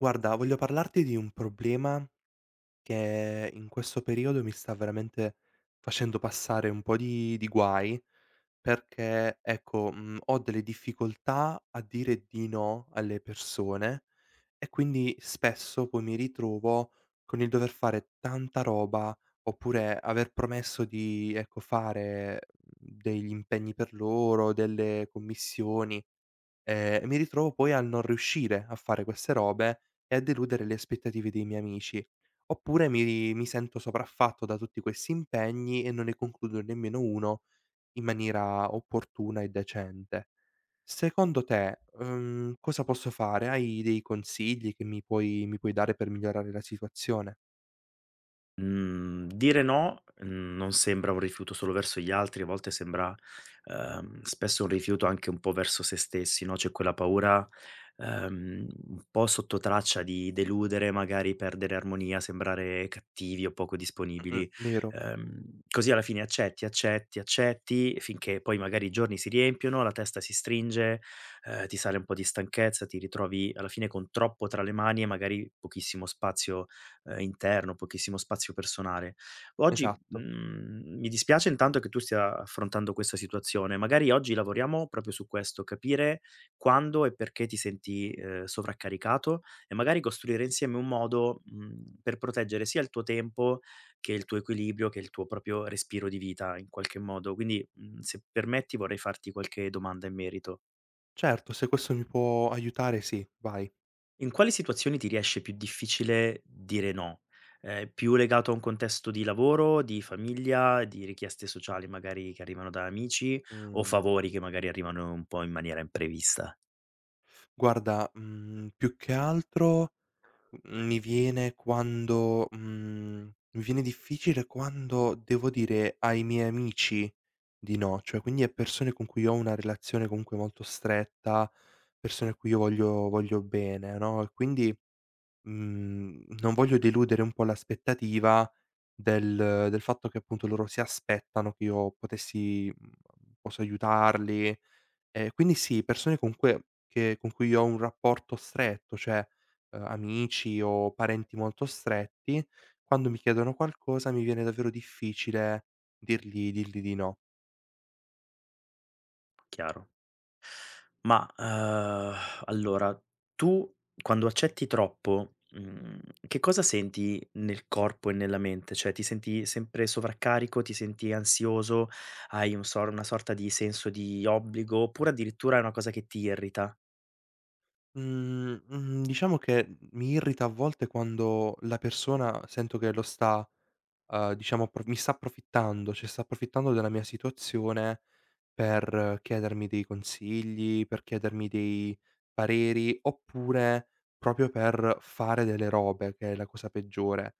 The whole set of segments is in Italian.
Guarda, voglio parlarti di un problema che in questo periodo mi sta veramente facendo passare un po' di guai, perché ecco, ho delle difficoltà a dire di no alle persone e quindi spesso poi mi ritrovo con il dover fare tanta roba oppure aver promesso di, ecco, fare degli impegni per loro, delle commissioni. Mi ritrovo poi al non riuscire a fare queste robe e a deludere le aspettative dei miei amici. Oppure mi sento sopraffatto da tutti questi impegni e non ne concludo nemmeno uno in maniera opportuna e decente. Secondo te, cosa posso fare? Hai dei consigli che mi puoi dare per migliorare la situazione? Mhmm, dire no, non sembra un rifiuto solo verso gli altri, a volte sembra, spesso un rifiuto anche un po' verso se stessi, no, c'è quella paura, un po' sottotraccia di deludere, magari perdere armonia, sembrare cattivi o poco Mh-mh, disponibili. vero. Così alla fine accetti, accetti, accetti finché poi magari i giorni si riempiono, la testa si stringe, ti sale un po' di stanchezza, ti ritrovi alla fine con troppo tra le mani e magari pochissimo spazio interno, pochissimo spazio personale. Oggi, Esatto. Mi dispiace intanto che tu stia affrontando questa situazione. Magari oggi lavoriamo proprio su questo, capire quando e perché ti senti, sovraccaricato e magari costruire insieme un modo, per proteggere sia il tuo tempo che il tuo equilibrio, che il tuo proprio respiro di vita in qualche modo. Quindi, se permetti vorrei farti qualche domanda in merito. Certo, se questo mi può aiutare sì, vai. In quali situazioni ti riesce più difficile dire no? È più legato a un contesto di lavoro, di famiglia, di richieste sociali magari che arrivano da amici o Mhmm, favori che magari arrivano un po' in maniera imprevista, Guarda, più che altro, Mhmm, mi viene quando mhmm, mi viene difficile quando devo dire ai miei amici di no, cioè quindi a persone con cui ho una relazione comunque molto stretta, persone a cui io voglio bene, no, e quindi, non voglio deludere un po' l'aspettativa del fatto che appunto loro si aspettano che io posso aiutarli. Quindi sì, persone con cui che con cui ho un rapporto stretto, cioè, amici o parenti molto stretti, quando mi chiedono qualcosa mi viene davvero difficile dirgli di no. chiaro. Ma, allora tu quando accetti troppo, che cosa senti nel corpo e nella mente? Cioè ti senti sempre sovraccarico, ti senti ansioso, hai un sor una sorta di senso di obbligo, oppure addirittura è una cosa che ti irrita? Mhmm, diciamo che, mi irrita a volte quando la persona sento che lo sta diciamo appro mi sta approfittando, cioè sta approfittando della mia situazione per chiedermi dei consigli, per chiedermi dei pareri, oppure proprio per fare delle robe, che è la cosa peggiore.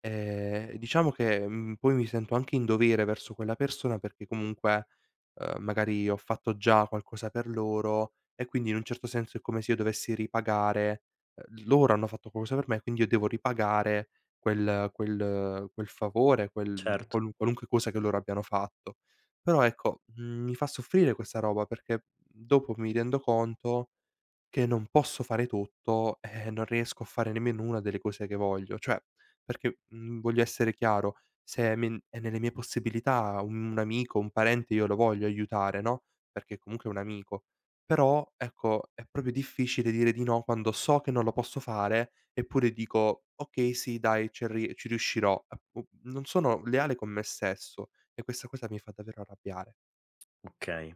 Diciamo che, poi mi sento anche in dovere verso quella persona perché comunque, magari ho fatto già qualcosa per loro e quindi in un certo senso è come se io dovessi ripagare. Loro hanno fatto qualcosa per me, quindi io devo ripagare quel favore, quel Certo, qualun qualunque cosa che loro abbiano fatto. Però ecco, mi fa soffrire questa roba perché dopo mi rendo conto che non posso fare tutto, non riesco a fare nemmeno una delle cose che voglio. Cioè, perché, voglio essere chiaro, se è men è nelle mie possibilità un amico, un parente io lo voglio aiutare, no, perché comunque è un amico. Però, ecco, è proprio difficile dire di no quando so che non lo posso fare, eppure dico: "Okay, sì dai, ci riuscirò." Ap u Non sono leale con me stesso e questa cosa mi fa davvero arrabbiare. okay.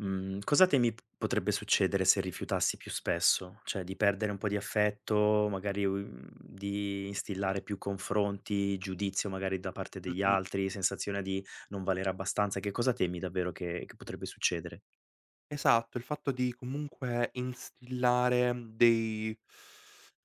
Cosa temi p potrebbe succedere se rifiutassi più spesso? Cioè di perdere un po' di affetto, magari u di instillare più confronti, giudizio magari da parte degli Mh-mh. altri, sensazione di non valere abbastanza. Che cosa temi davvero che potrebbe succedere? Esatto, il fatto di comunque instillare dei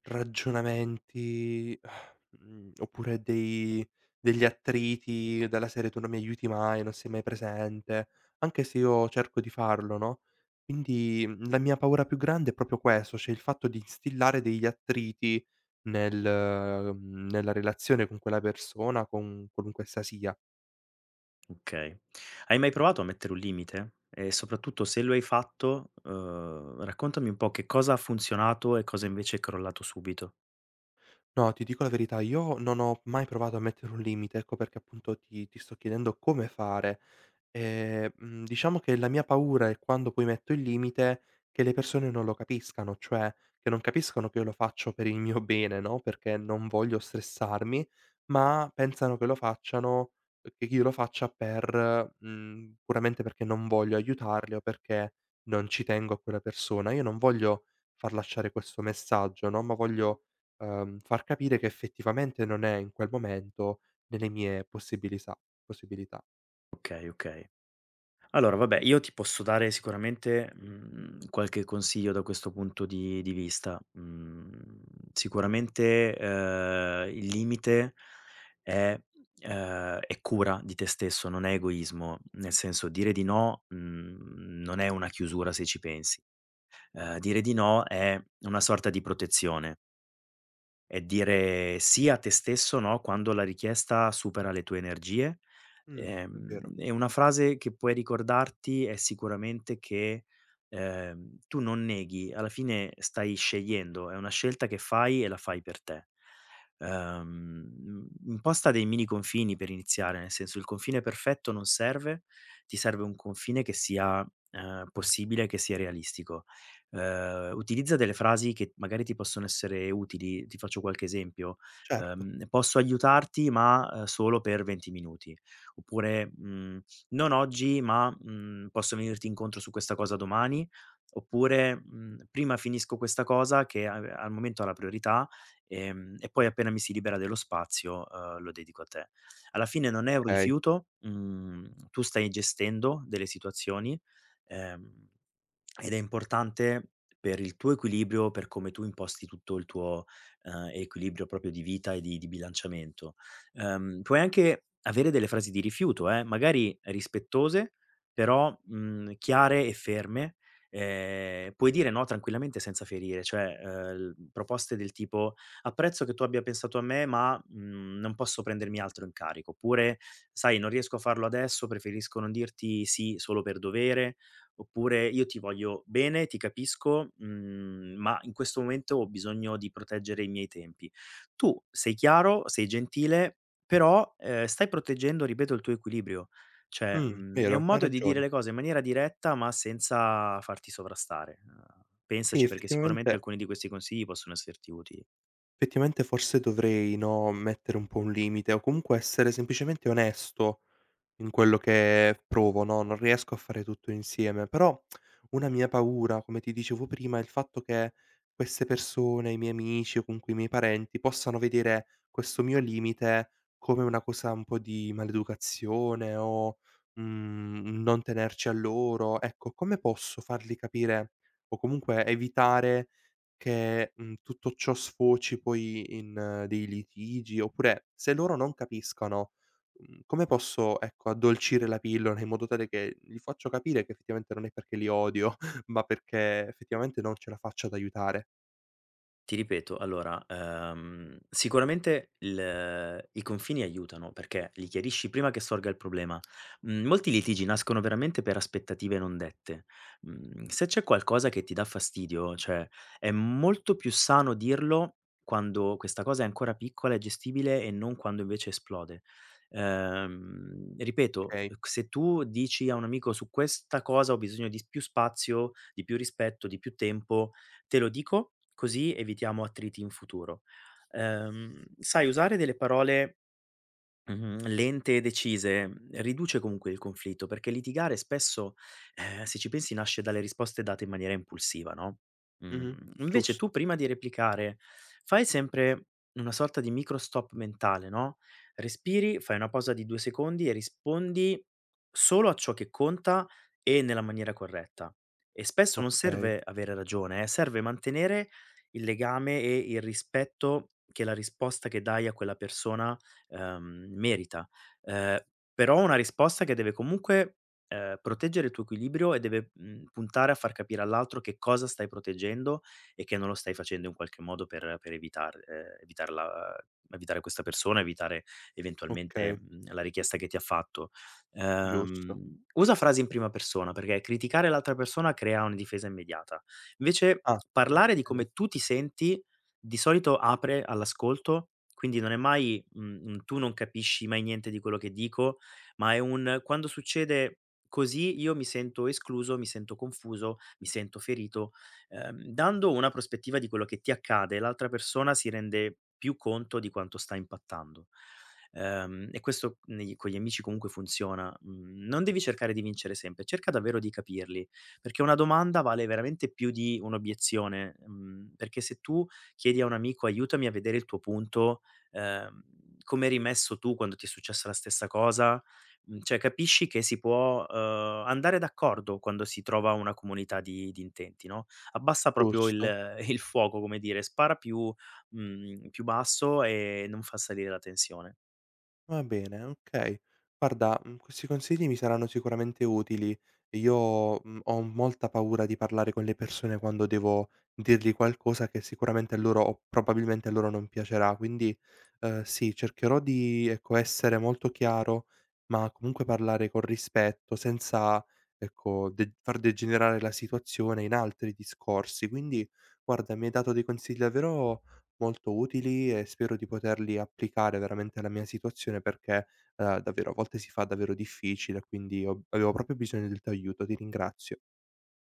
ragionamenti, oppure dei degli attriti della serie: "Tu non mi aiuti mai, non sei mai presente", anche se io cerco di farlo, no, quindi, la mia paura più grande è proprio questo, cioè il fatto di instillare degli attriti nella relazione con quella persona, con qualunque essa sia. Okay. Hai mai provato a mettere un limite? E soprattutto se lo hai fatto, raccontami un po' che cosa ha funzionato e cosa invece è crollato subito. No, ti dico la verità, io non ho mai provato a mettere un limite, ecco perché appunto ti sto chiedendo come fare. Diciamo che la mia paura è quando poi metto il limite, che le persone non lo capiscano, cioè che non capiscono che io lo faccio per il mio bene, no, perché non voglio stressarmi, ma pensano che lo facciano che io lo faccia per puramente perché non voglio aiutarli o perché non ci tengo a quella persona. Io non voglio far lasciare questo messaggio, no, ma voglio, far capire che effettivamente non è in quel momento nelle mie possibilisa possibilità. Okay, okay. Allora, vabbè, io ti posso dare sicuramente, qualche consiglio da questo punto di vista. Mhmm, sicuramente, il limite è è cura di te stesso, non è egoismo. Nel senso, dire di no, non è una chiusura se ci pensi. Dire di no è una sorta di protezione. È dire sì a te stesso, no, quando la richiesta supera le tue energie. È Ehm, vero. e una frase che puoi ricordarti è sicuramente che, tu non neghi, alla fine stai scegliendo, è una scelta che fai e la fai per te. Imposta dei mini confini per iniziare, nel senso il confine perfetto non serve, ti serve un confine che sia, possibile, che sia realistico. Utilizza delle frasi che magari ti possono essere utili. Ti faccio qualche esempio: Certo. "Posso aiutarti, ma, solo per 20 minuti." Oppure, "Non oggi, ma, posso venirti incontro su questa cosa domani." Oppure, "Prima finisco questa cosa che a al momento ha la priorità, e poi appena mi si libera dello spazio, lo dedico a te." Alla fine non è un Okay. rifiuto, tu stai gestendo delle situazioni, ehm ed è importante per il tuo equilibrio, per come tu imposti tutto il tuo, equilibrio proprio di vita e di bilanciamento. Puoi anche avere delle frasi di rifiuto, magari rispettose, però, chiare e ferme. Puoi dire no tranquillamente senza ferire, cioè, l proposte del tipo: "Apprezzo che tu abbia pensato a me, ma, non posso prendermi altro in carico." Oppure: "Sai, non riesco a farlo adesso, preferisco non dirti sì solo per dovere." Oppure: "Io ti voglio bene, ti capisco, ma in questo momento ho bisogno di proteggere i miei tempi". Tu sei chiaro, sei gentile, però, stai proteggendo, ripeto, il tuo equilibrio. Cioè, è Vero, un hai modo di dire ragione. le cose in maniera diretta, ma senza farti sovrastare. Uhm, Sì, pensaci perché sicuramente effettivamente alcuni di questi consigli possono esserti utili. effettivamente forse dovrei, no, mettere un po' un limite o comunque essere semplicemente onesto in quello che provo, no, non riesco a fare tutto insieme, però una mia paura, come ti dicevo prima, è il fatto che queste persone, i miei amici o comunque i miei parenti, possano vedere questo mio limite come una cosa un po' di maleducazione o, un non tenerci a loro. Ecco, come posso fargli capire o comunque evitare che, tutto ciò sfoci poi in dei litigi, oppure se loro non capiscono. Come posso, ecco, addolcire la pillola in modo tale che gli faccio capire che effettivamente non è perché li odio, ma perché effettivamente non ce la faccio ad aiutare. Ti ripeto, allora, sicuramente il i confini aiutano, perché li chiarisci prima che sorga il problema. Molti litigi nascono veramente per aspettative non dette. Se c'è qualcosa che ti dà fastidio, cioè, è molto più sano dirlo quando questa cosa è ancora piccola e gestibile e non quando invece esplode. Ripeto, Okay. Se tu dici a un amico: "Su questa cosa ho bisogno di s più spazio, di più rispetto, di più tempo". Te lo dico, così evitiamo attriti in futuro. Sai usare delle parole mh-mh lente e decise, riduce comunque il conflitto, perché litigare spesso, se ci pensi nasce dalle risposte date in maniera impulsiva, no, Mh-mh. Invece tu Giusto. prima di replicare fai sempre una sorta di micro stop mentale, no, respiri, fai una pausa di 2 secondi e rispondi solo a ciò che conta e nella maniera corretta. E spesso non Okay, serve avere ragione, serve mantenere il legame e il rispetto che la risposta che dai a quella persona merita. Ehm, però una risposta che deve comunque, proteggere il tuo equilibrio e deve, puntare a far capire all'altro che cosa stai proteggendo e che non lo stai facendo in qualche modo per evitare questa persona, evitare eventualmente, okay, la richiesta che ti ha fatto. giusto. Usa frasi in prima persona, perché criticare l'altra persona crea una difesa immediata. Invece Ah, parlare di okay, come tu ti senti di solito apre all'ascolto, quindi non è mai, un tu non capisci mai niente di quello che dico, ma è un: "Quando succede così io mi sento escluso, mi sento confuso, mi sento ferito". Dando una prospettiva di quello che ti accade, l'altra persona si rende più conto di quanto sta impattando. E questo negli con gli amici comunque funziona. Mhmm, non devi cercare di vincere sempre, cerca davvero di capirli, perché una domanda vale veramente più di un'obiezione, perché se tu chiedi a un amico: "Aiutami a vedere il tuo punto, ehm, come eri messo tu quando ti è successa la stessa cosa?" Cioè capisci che si può, andare d'accordo quando si trova una comunità di intenti, no, abbassa proprio giusto. il il fuoco, come dire, spara più più basso e non fa salire la tensione. Va bene, okay. Guarda, questi consigli mi saranno sicuramente utili. Io, ho molta paura di parlare con le persone quando devo dirgli qualcosa che sicuramente a loro o probabilmente a loro non piacerà. Quindi, sì, cercherò di, ecco, essere molto chiaro, ma comunque parlare con rispetto, senza, ecco, de far degenerare la situazione in altri discorsi. Quindi guarda, mi hai dato dei consigli davvero molto utili e spero di poterli applicare veramente alla mia situazione perché, davvero a volte si fa davvero difficile, quindi ho avevo proprio bisogno del tuo aiuto, ti ringrazio.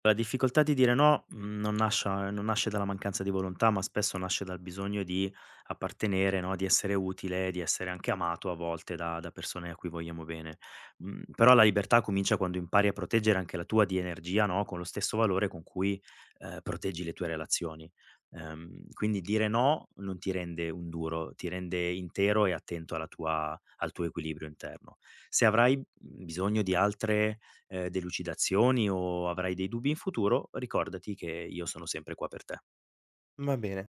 La difficoltà di dire no, non nasce dalla mancanza di volontà, ma spesso nasce dal bisogno di appartenere, no, di essere utile, di essere anche amato a volte da persone a cui vogliamo bene. Però la libertà comincia quando impari a proteggere anche la tua di energia, no, con lo stesso valore con cui, proteggi le tue relazioni. Quindi dire no non ti rende un duro, ti rende intero e attento alla tua al tuo equilibrio interno. Se avrai, bisogno di altre delucidazioni o avrai dei dubbi in futuro, ricordati che io sono sempre qua per te. Va bene.